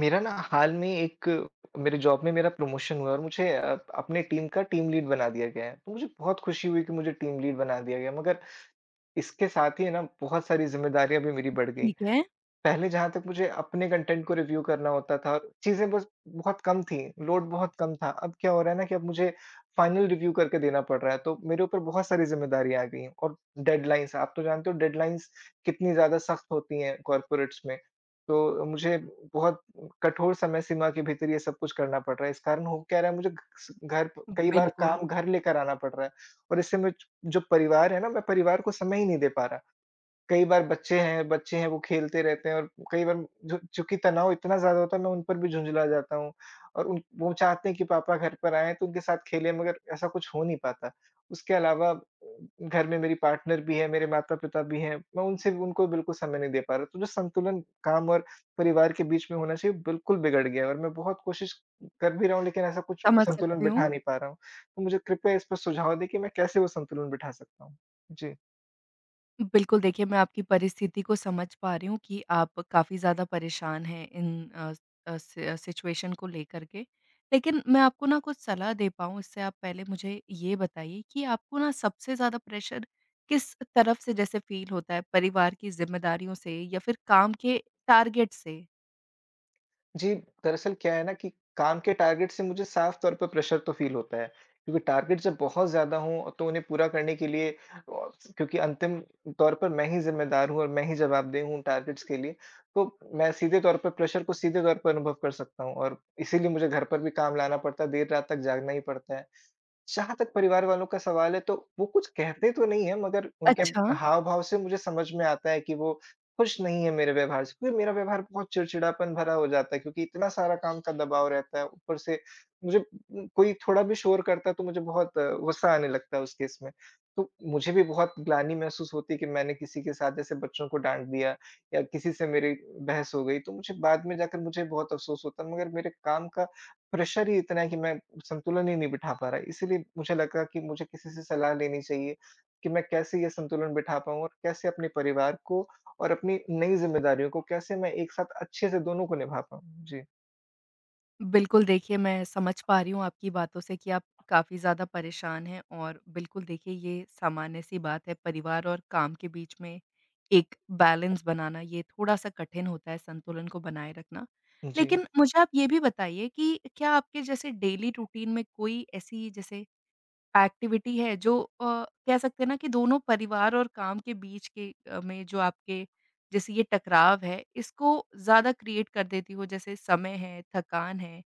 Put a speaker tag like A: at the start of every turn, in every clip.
A: मेरा ना हाल में एक मेरे जॉब में मेरा प्रमोशन हुआ और मुझे अपने टीम का टीम लीड बना दिया गया है। तो मुझे बहुत खुशी हुई कि मुझे टीम लीड बना दिया गया, मगर इसके साथ ही है ना, बहुत सारी ज़िम्मेदारियाँ भी मेरी बढ़ गई।
B: ठीक है,
A: पहले जहाँ तक मुझे अपने कंटेंट को रिव्यू करना होता था, चीज़ें बस बहुत कम थी, लोड बहुत कम था। अब क्या हो रहा है ना, कि अब मुझे फाइनल रिव्यू करके देना पड़ रहा है, तो मेरे ऊपर बहुत सारी ज़िम्मेदारियाँ आ गई हैं। और डेडलाइन्स, आप तो जानते हो डेडलाइन्स कितनी ज़्यादा सख्त होती हैं कॉर्पोरेट्स में। तो मुझे बहुत कठोर समय सीमा के भीतर ये सब कुछ करना पड़ रहा है। इस कारण हो क्या रहा है, मुझे कई बार
B: बिल्कुल,
A: काम घर लेकर आना पड़ रहा है और इससे मैं, जो परिवार है ना, मैं परिवार को समय ही नहीं दे पा रहा। कई बार बच्चे हैं, वो खेलते रहते हैं और कई बार, जो चूँकि तनाव इतना ज़्यादा होता है, मैं उन पर भी झुँझला जाता हूँ। और उन वो चाहते हैं कि पापा घर पर आएँ तो उनके साथ खेलें, मगर ऐसा कुछ हो नहीं पाता। उसके अलावा घर में मेरी पार्टनर भी है, मेरे माता-पिता भी हैं, मैं उनसे भी, उनको बिल्कुल समय नहीं दे पा रहा। तो जो संतुलन काम और परिवार के बीच में होना चाहिए, बिल्कुल बिगड़ गया है, और मैं बहुत कोशिश कर भी रहा हूँ, लेकिन ऐसा कुछ
B: समझ
A: संतुलन
B: सकती हूँ।
A: बिठा नहीं पा रहा हूँ। तो मुझे कृपया इस पर सुझाव दें कि मैं कैसे वो संतुलन बिठा सकता हूँ? जी।
B: बिल्कुल, देखिए मैं आपकी परिस्थिति को समझ पा रही हूँ कि आप काफ़ी ज़्यादा परेशान हैं इन सिचुएशन को लेकर के। लेकिन मैं आपको ना कुछ सलाह दे पाऊँ इससे आप पहले मुझे ये बताइए कि आपको ना सबसे ज़्यादा प्रेशर किस तरफ से जैसे फ़ील होता है? परिवार की ज़िम्मेदारियों से या फिर काम के टारगेट से?
A: जी, दरअसल क्या है ना, कि काम के टारगेट से मुझे साफ़ तौर पर प्रेशर तो फ़ील होता है, क्योंकि टारगेट जब बहुत ज़्यादा हों तो उन्हें पूरा करने के लिए, औ क्योंकि अंतिम तौर पर मैं ही ज़िम्मेदार हूँ और मैं ही जवाबदेह हूँ टारगेट्स के लिए, तो मैं सीधे तौर पर प्रेशर को, सीधे तौर पर अनुभव कर सकता हूँ और इसीलिए मुझे घर पर भी काम लाना पड़ता है, देर रात तक जागना ही पड़ता है। जहाँ तक परिवार वालों का सवाल है, तो वो कुछ कहते तो नहीं है, मगर उनके,
B: अच्छा।
A: अच्छा, हाव-भाव से मुझे समझ में आता है कि वो खुश नहीं है मेरे व्यवहार से, क्योंकि मेरा व्यवहार बहुत चिड़चिड़ापन भरा हो जाता है, क्योंकि इतना सारा काम का दबाव रहता है। ऊपर से मुझे कोई थोड़ा भी शोर करता है तो मुझे बहुत गुस्सा आने लगता है उस केस में। तो मुझे भी बहुत ग्लानि महसूस होती है कि मैंने किसी के साथ, जैसे बच्चों को डाँट दिया या किसी से मेरी बहस हो गई, तो मुझे बाद में जाकर मुझे बहुत अफ़सोस होता है, मगर मेरे काम का प्रेशर ही इतना है कि मैं संतुलन ही नहीं बिठा पा रहा है। इसीलिए मुझे लगा कि मुझे किसी से सलाह लेनी चाहिए कि मैं कैसे ये संतुलन बिठा पाऊँ, और कैसे अपने परिवार को और अपनी नई ज़िम्मेदारियों को, कैसे मैं एक साथ अच्छे से दोनों को निभा पाऊँ। जी,
B: बिल्कुल, देखिए मैं समझ पा रही हूँ आपकी बातों से कि आप काफ़ी ज़्यादा परेशान हैं और बिल्कुल देखिए ये सामान्य-सी बात है, परिवार और काम के बीच में एक बैलेंस बनाना, ये थोड़ा-सा कठिन होता है संतुलन को बनाए रखना।
A: जी।
B: लेकिन मुझे आप ये भी बताइए कि क्या आपके जैसे डेली रूटीन में कोई ऐसी जैसे एक्टिविटी है जो कह सकते हैं ना कि दोनों परिवार और काम के बीच के में जो आपके जैसे ये टकराव है, इसको ज़्यादा क्रिएट कर देती हो? जैसे समय है, थकान है,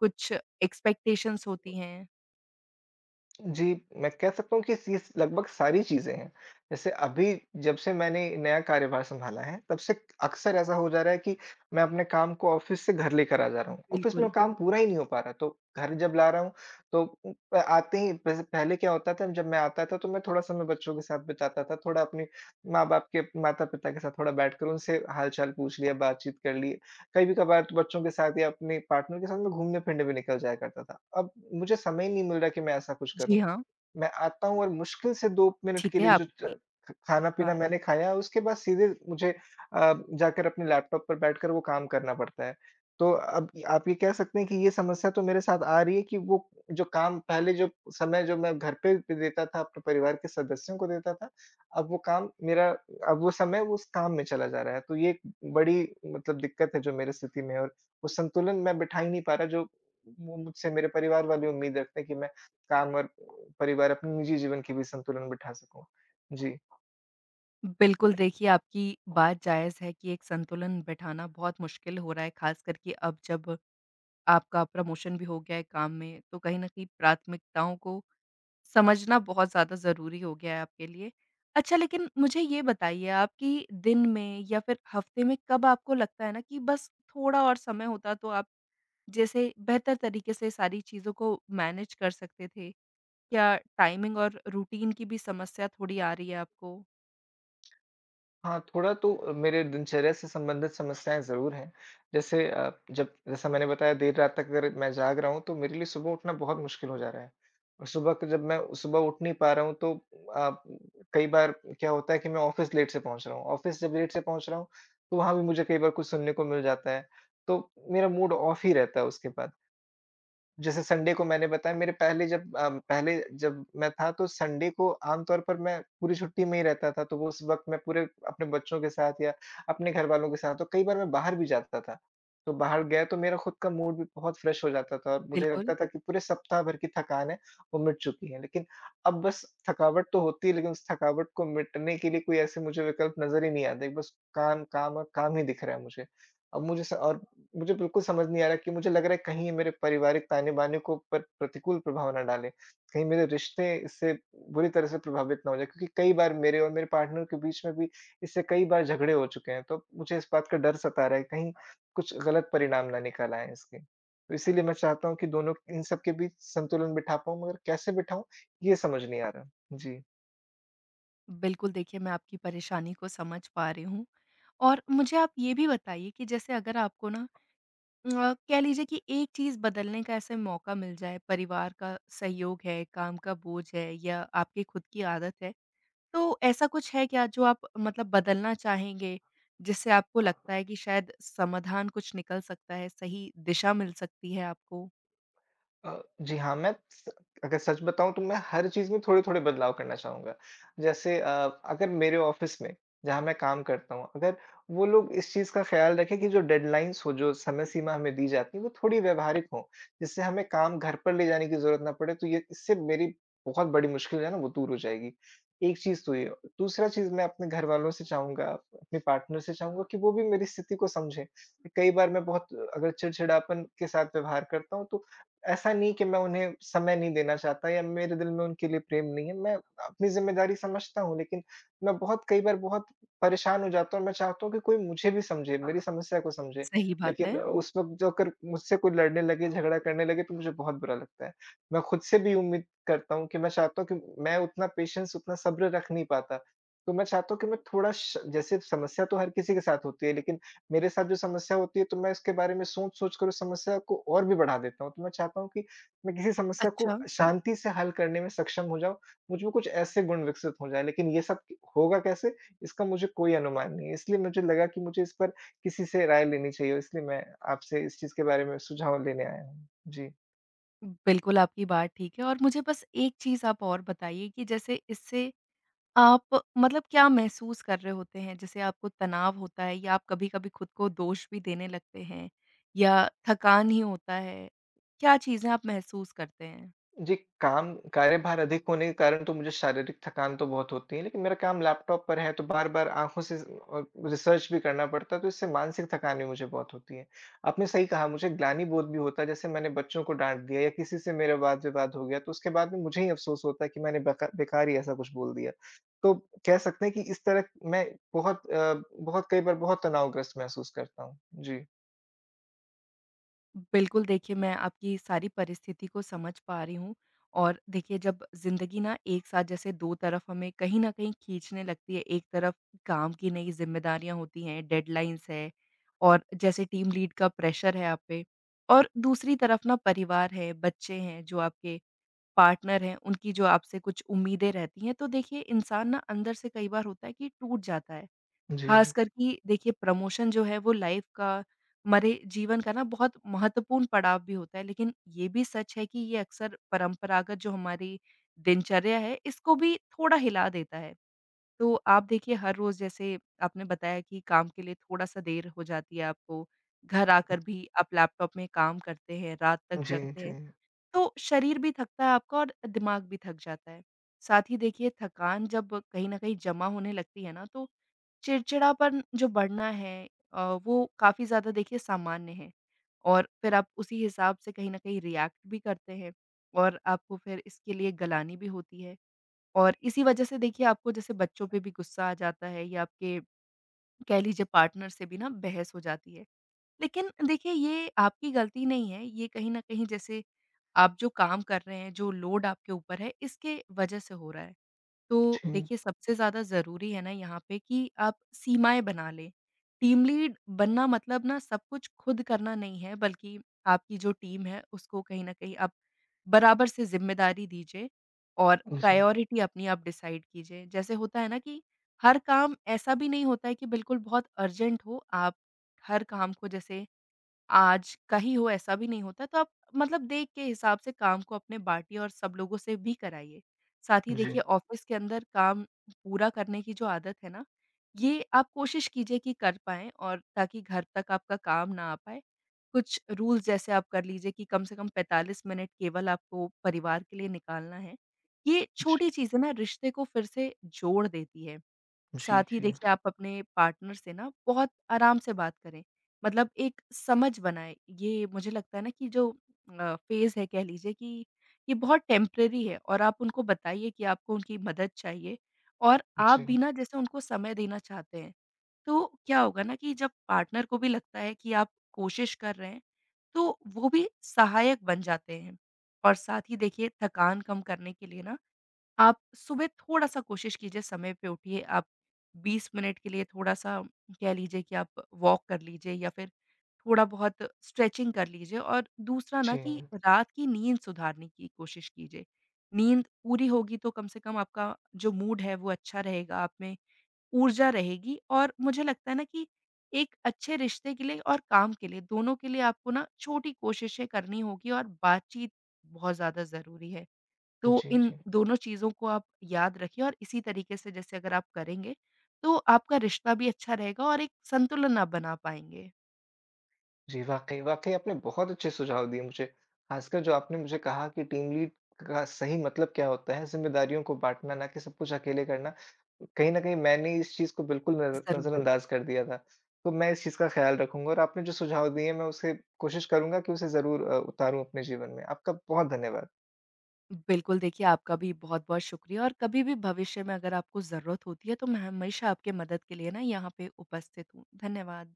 B: कुछ एक्सपेक्टेशंस होती हैं?
A: जी, मैं कह सकता हूँ कि सीस लगभग सारी चीज़ें हैं। जैसे अभी, जब से मैंने नया कार्यभार सँभाला है, तब से अक्सर ऐसा हो जा रहा है कि मैं अपने काम को ऑफ़िस से घर लेकर आ जा रहा हूँ। ऑफ़िस में
B: बिल्कुल।
A: काम पूरा ही नहीं हो पा रहा, तो घर जब ला रहा हूँ, तो उम, प आते ही, वैसे पहले क्या होता था, जब मैं आता था, तो मैं थोड़ा समय बच्चों के साथ बिताता था, थोड़ा अपने माँ-बाप के माता-पिता के साथ थोड़ा बैठकर उनसे हाल-चाल पूछ लिया, बातचीत कर ली। कभी-कभार तो बच्चों के साथ या अपने पार्टनर के साथ मैं घूमने-फिरने भी निकल जाया करता था। अब मुझे समय ही नहीं मिल रहा कि मैं ऐसा कुछ करूँ।
B: जी हाँ,
A: मैं आता हूँ और मुश्किल से 2 मिनट के
B: ठीक है
A: लिए जो च
B: आपकी
A: ख खाना-पीना
B: बात।
A: मैंने खाया, उसके बाद सीधे मुझे अ, जाकर अपने लैपटॉप पर बैठकर वो काम करना पड़ता है। तो अब आप ये कह सकते हैं कि ये समस्या तो मेरे साथ आ रही है, कि वो जो काम पहले, जो समय जो मैं घर पे भी देता था, अपने परिवार के सदस्यों को देता था, अब वो काम मेरा, अब वो समय वो उस काम में चला जा रहा है। तो ये एक बड़ी, मतलब दिक्कत है जो मेरी स्थिति में है, और वो संतुलन मैं बिठा ही नहीं पा रहा, जो वो मुझसे मेरे परिवार वाले उम्मीद रखते हैं कि मैं काम और परिवार, अपने निजी जीवन की भी संतुलन बिठा सकूँ। जी।
B: बिल्कुल, देखिए आपकी बात जायज़ है कि एक संतुलन बैठाना बहुत मुश्किल हो रहा है, खास करके अब जब आपका प्रमोशन भी हो गया है काम में, तो कहीं न कहीं प्राथमिकताओं को समझना बहुत ज़्यादा ज़रूरी हो गया है आपके लिए। अच्छा, लेकिन मुझे ये बताइए आप कि दिन में या फिर हफ़्ते में कब आपको लगता है ना कि बस थोड़ा और समय होता तो आप जैसे बेहतर तरीके से सारी चीज़ों को मैनेज कर सकते थे? क्या टाइमिंग और रूटीन की भी समस्या थोड़ी आ रही है आपको?
A: हाँ, थोड़ा तो मेरे दिनचर्या से संबंधित समस्याएँ ज़रूर हैं। जैसे अ, जब जैसा मैंने बताया, देर रात तक अगर मैं जाग रहा हूँ, तो मेरे लिए सुबह उठना बहुत मुश्किल हो जा रहा है। और सुबह को जब मैं सुबह उठ नहीं पा रहा हूँ, तो अ, कई बार क्या होता है कि मैं ऑफ़िस लेट से पहुँच रहा हूँ। ऑफ़िस जब लेट से पहुँच रहा हूँ, तो वहाँ भी मुझे कई बार कुछ सुनने को मिल जाता है। तो मेरा मूड ऑफ़ ही रहता है उसके बाद। जैसे संडे को मैंने बताया, मेरे पहले जब अ, पहले जब मैं था, तो संडे को आमतौर पर मैं पूरी छुट्टी में ही रहता था, तो वो, उस वक़्त मैं पूरे अपने बच्चों के साथ या अपने घरवालों के साथ, तो कई बार मैं बाहर भी जाता था। तो बाहर गया तो मेरा खुद का मूड भी बहुत फ्रेश हो जाता था, और मुझे
B: बिल्कुल।
A: लगता था कि पूरे सप्ताह भर की थकान है, वो मिट चुकी है। लेकिन अब बस थकावट तो होती है, लेकिन उस थकावट को मिटने के लिए कोई ऐसे मुझे विकल्प नज़र ही नहीं आते, बस काम, काम और काम ही दिख रहा है मुझे। अब मुझे स और मुझे बिल्कुल समझ नहीं आ रहा, कि मुझे लग रहा है कहीं ये मेरे पारिवारिक ताने-बाने को पर प्रतिकूल प्रभाव ना डाले। कहीं मेरे रिश्ते इससे बुरी तरह से प्रभावित ना हो जाएँ, क्योंकि कई बार मेरे और मेरे पार्टनर के बीच में भी इससे कई बार झगड़े हो चुके हैं। तो मुझे इस बात का डर सता रहा है, कहीं कुछ गलत परिणाम ना निकल आएँ इसके। तो इसीलिए मैं चाहता हूँ कि दोनों इन सब के बीच संतुलन बिठा पाऊँ, मगर कैसे बिठाऊँ ये समझ नहीं आ रहा। जी।
B: बिल्कुल, देखिए मैं आपकी परेशानी को समझ पा रही हूँ। और मुझे आप ये भी बताइए कि जैसे अगर आपको ना कह लीजिए कि एक चीज़ बदलने का ऐसे मौका मिल जाए, परिवार का सहयोग है, काम का बोझ है या आपकी खुद की आदत है, तो ऐसा कुछ है क्या जो आप मतलब बदलना चाहेंगे, जिससे आपको लगता है कि शायद समाधान कुछ निकल सकता है, सही दिशा मिल सकती है आपको?
A: जी हाँ, मैं स अगर सच बताऊँ तो मैं हर चीज़ में थोड़े-थोड़े बदलाव करना चाहूँगा। जैसे अगर मेरे ऑफ़िस में, जहाँ मैं काम करता हूँ, अगर वो लोग इस चीज़ का ख़्याल रखें कि जो डेडलाइन्स हो, जो समय सीमा हमें दी जाती है, वो थोड़ी व्यावहारिक हो, जिससे हमें काम घर पर ले जाने की ज़रूरत ना पड़े, तो ये, इससे मेरी बहुत बड़ी मुश्किल है ना, वो दूर हो जाएगी। एक चीज़ तो ये। दूसरा चीज़, मैं अपने घरवालों से चाहूँगा, अपने पार्टनर से चाहूँगा कि वो भी मेरी स्थिति को समझें। कई बार मैं बहुत, अगर चिड़चिड़ापन के साथ व्यवहार करता हूँ, तो ऐसा नहीं कि मैं उन्हें समय नहीं देना चाहता या मेरे दिल में उनके लिए प्रेम नहीं है। मैं अपनी ज़िम्मेदारी समझता हूँ, लेकिन मैं बहुत, कई बार बहुत परेशान हो जाता हूँ और मैं चाहता हूँ कि कोई मुझे भी समझे, मेरी समस्या को समझे।
B: सही बात
A: लेकिन
B: है।
A: उस वक़्त जो, अगर मुझसे कोई लड़ने लगे, झगड़ा करने लगे, तो मुझे बहुत बुरा लगता है। मैं खुद से भी उम्मीद करता हूँ कि, मैं चाहता हूँ कि मैं उतना पेशेंस, उतना सब्र रख नहीं पाता। तो मैं चाहता हूँ कि मैं थोड़ा श जैसे, समस्या तो हर किसी के साथ होती है, लेकिन मेरे साथ जो समस्या होती है, तो मैं इसके बारे में सोच-सोच कर उस समस्या को और भी बढ़ा देता हूँ। तो मैं चाहता हूँ कि मैं किसी समस्या को
B: अच्छा,
A: शांति से हल करने में सक्षम हो जाऊँ, मुझ में कुछ ऐसे गुण विकसित हो जाएँ। लेकिन ये सब होगा कैसे? इसका मुझे कोई अनुमान नहीं है। इसलिए मुझे लगा कि मुझे इस पर किसी से राय लेनी चाहिए, इसलिए मैं आपसे इस चीज़ के बारे में सुझाव लेने आया हूँ। जी।
B: बिल्कुल आपकी बात ठीक है, और मुझे बस एक चीज़ आप और बताइए कि जैसे इससे आप मतलब क्या महसूस कर रहे होते हैं? जैसे आपको तनाव होता है, या आप कभी-कभी खुद को दोष भी देने लगते हैं, या थकान ही होता है? क्या चीज़ें आप महसूस करते हैं?
A: जी, काम, कार्यभार अधिक होने के कारण तो मुझे शारीरिक थकान तो बहुत होती है, लेकिन मेरा काम लैपटॉप पर है, तो बार-बार आँखों से रिसर्च भी करना पड़ता है, तो इससे मानसिक थकान भी मुझे बहुत होती है। आपने सही कहा, मुझे ग्लानिबोध भी होता है, जैसे मैंने बच्चों को डाँट दिया या किसी से मेरा वाद-विवाद हो गया, तो उसके बाद में मुझे ही अफ़सोस होता है कि मैंने बेकार ही ऐसा कुछ बोल दिया। तो कह सकते हैं कि इस तरह मैं बहुत अ, बहुत, कई बार बहुत तनावग्रस्त महसूस करता हूँ। जी।
B: बिल्कुल, देखिए मैं आपकी सारी परिस्थिति को समझ पा रही हूँ। और देखिए, जब ज़िंदगी ना एक साथ जैसे 2 तरफ हमें कहीं न कहीं खींचने लगती है, एक तरफ काम की नई ज़िम्मेदारियाँ होती हैं, डेडलाइन्स है और जैसे टीम लीड का प्रेशर है आप पे, और दूसरी तरफ ना परिवार है, बच्चे हैं, जो आपके पार्टनर हैं, उनकी जो आपसे कुछ उम्मीदें रहती हैं, तो देखिए इंसान ना अंदर से कई बार होता है कि टूट जाता है।
A: जी,
B: ख़ासकर कि देखिए, प्रमोशन जो है वो लाइफ़ का, हमारे जीवन का ना बहुत महत्वपूर्ण पड़ाव भी होता है। लेकिन ये भी सच है कि ये अक्सर परंपरागत जो हमारी दिनचर्या है, इसको भी थोड़ा हिला देता है। तो आप देखिए, हर रोज़ जैसे आपने बताया कि काम के लिए थोड़ा-सा देर हो जाती है आपको, घर आकर भी आप लैपटॉप में काम करते हैं, रात तक
A: जी,
B: जगते
A: जी,
B: हैं। तो शरीर भी थकता है आपका और दिमाग भी थक जाता है। साथ ही देखिए, थकान जब कहीं न कहीं जमा होने लगती है ना, तो चिड़चिड़ापन जो बढ़ना है वो काफ़ी ज़्यादा, देखिए, सामान्य है। और फिर आप उसी हिसाब से कहीं न कहीं रिएक्ट भी करते हैं, और आपको फिर इसके लिए गलानी भी होती है। और इसी वजह से देखिए, आपको जैसे बच्चों पे भी गुस्सा आ जाता है या आपके, कह लीजिए, पार्टनर से भी ना बहस हो जाती है। लेकिन देखिए, ये आपकी गलती नहीं है, ये कहीं न कहीं जैसे आप जो काम कर रहे हैं, जो लोड आपके ऊपर है, इसके वजह से हो रहा है। तो
A: जी,
B: देखिए, सबसे ज़्यादा ज़रूरी है ना यहाँ पे कि आप सीमाएँ बना लें। टीम लीड बनना मतलब ना सब कुछ खुद करना नहीं है, बल्कि आपकी जो टीम है उसको कहीं न कहीं आप बराबर से ज़िम्मेदारी दीजिए और
A: जी,
B: प्रायोरिटी अपनी आप डिसाइड कीजिए। जैसे होता है ना कि हर काम ऐसा भी नहीं होता है कि बिल्कुल बहुत अर्जेंट हो, आप हर काम को जैसे आज का ही हो ऐसा भी नहीं होता, तो आप मतलब देख के हिसाब से काम को अपने बाँटिए और सब लोगों से भी कराइए। साथ ही
A: जी,
B: देखिए, ऑफ़िस के अंदर काम पूरा करने की जो आदत है ना, ये आप कोशिश कीजिए कि कर पाएँ, और ताकि घर तक आपका काम ना आ पाए। कुछ रूल्स जैसे आप कर लीजिए कि कम से कम 45 मिनट केवल आपको परिवार के लिए निकालना है। ये
A: जी,
B: छोटी चीज़ें ना रिश्ते को फिर से जोड़ देती है।
A: जी,
B: साथ ही
A: जी।
B: देखिए, आप अपने पार्टनर से ना बहुत आराम से बात करें। मतलब एक समझ बनाएँ। ये मुझे लगता है ना कि जो फ़ेज़ है, कह लीजिए कि ये बहुत टेम्परेरी है, और आप उनको बताइए कि आपको उनकी मदद चाहिए, और आप
A: जी,
B: भी ना जैसे उनको समय देना चाहते हैं। तो क्या होगा ना कि जब पार्टनर को भी लगता है कि आप कोशिश कर रहे हैं, तो वो भी सहायक बन जाते हैं। और साथ ही देखिए, थकान कम करने के लिए ना आप सुबह थोड़ा-सा कोशिश कीजिए, समय पे उठिए, आप 20 मिनट के लिए थोड़ा-सा, कह लीजिए कि आप वॉक कर लीजिए या फिर थोड़ा-बहुत स्ट्रेचिंग कर लीजिए, और दूसरा
A: जी।
B: ना कि रात की नींद सुधारने की कोशिश कीजिए। नींद पूरी होगी तो कम से कम आपका जो मूड है वो अच्छा रहेगा, आप में ऊर्जा रहेगी, और मुझे लगता है ना कि एक अच्छे रिश्ते के लिए और काम के लिए, दोनों के लिए आपको ना छोटी कोशिशें करनी होगी, और बातचीत बहुत ज़्यादा ज़रूरी है। तो
A: जी,
B: इन
A: जी।
B: दोनों चीज़ों को आप याद रखिए, और इसी तरीके से जैसे अगर आप करेंगे, तो आपका रिश्ता भी अच्छा रहेगा और एक संतुलन आप बना पाएँगे।
A: जी, वाक़ई, वाक़ई आपने बहुत अच्छे सुझाव दिए मुझे। ख़ासकर जो आपने मुझे कहा कि टीम लीड का सही मतलब क्या होता है, ज़िम्मेदारियों को बाँटना, ना कि सब कुछ अकेले करना। कहीं न कहीं मैंने इस चीज़ को बिल्कुल
B: ज़रूर।
A: नज़रअंदाज़ कर दिया था। तो मैं इस चीज़ का ख़्याल रखूँगा और आपने जो सुझाव दिए, मैं उसे कोशिश करूँगा कि उसे ज़रूर उतारूँ अपने जीवन में। आपका बहुत धन्यवाद।
B: बिल्कुल, देखिए आपका भी बहुत-बहुत शुक्रिया, और कभी भी भविष्य में अगर आपको ज़रूरत होती है, तो मैं हमेशा आपके मदद के लिए ना यहाँ पे उपस्थित हूँ। धन्यवाद।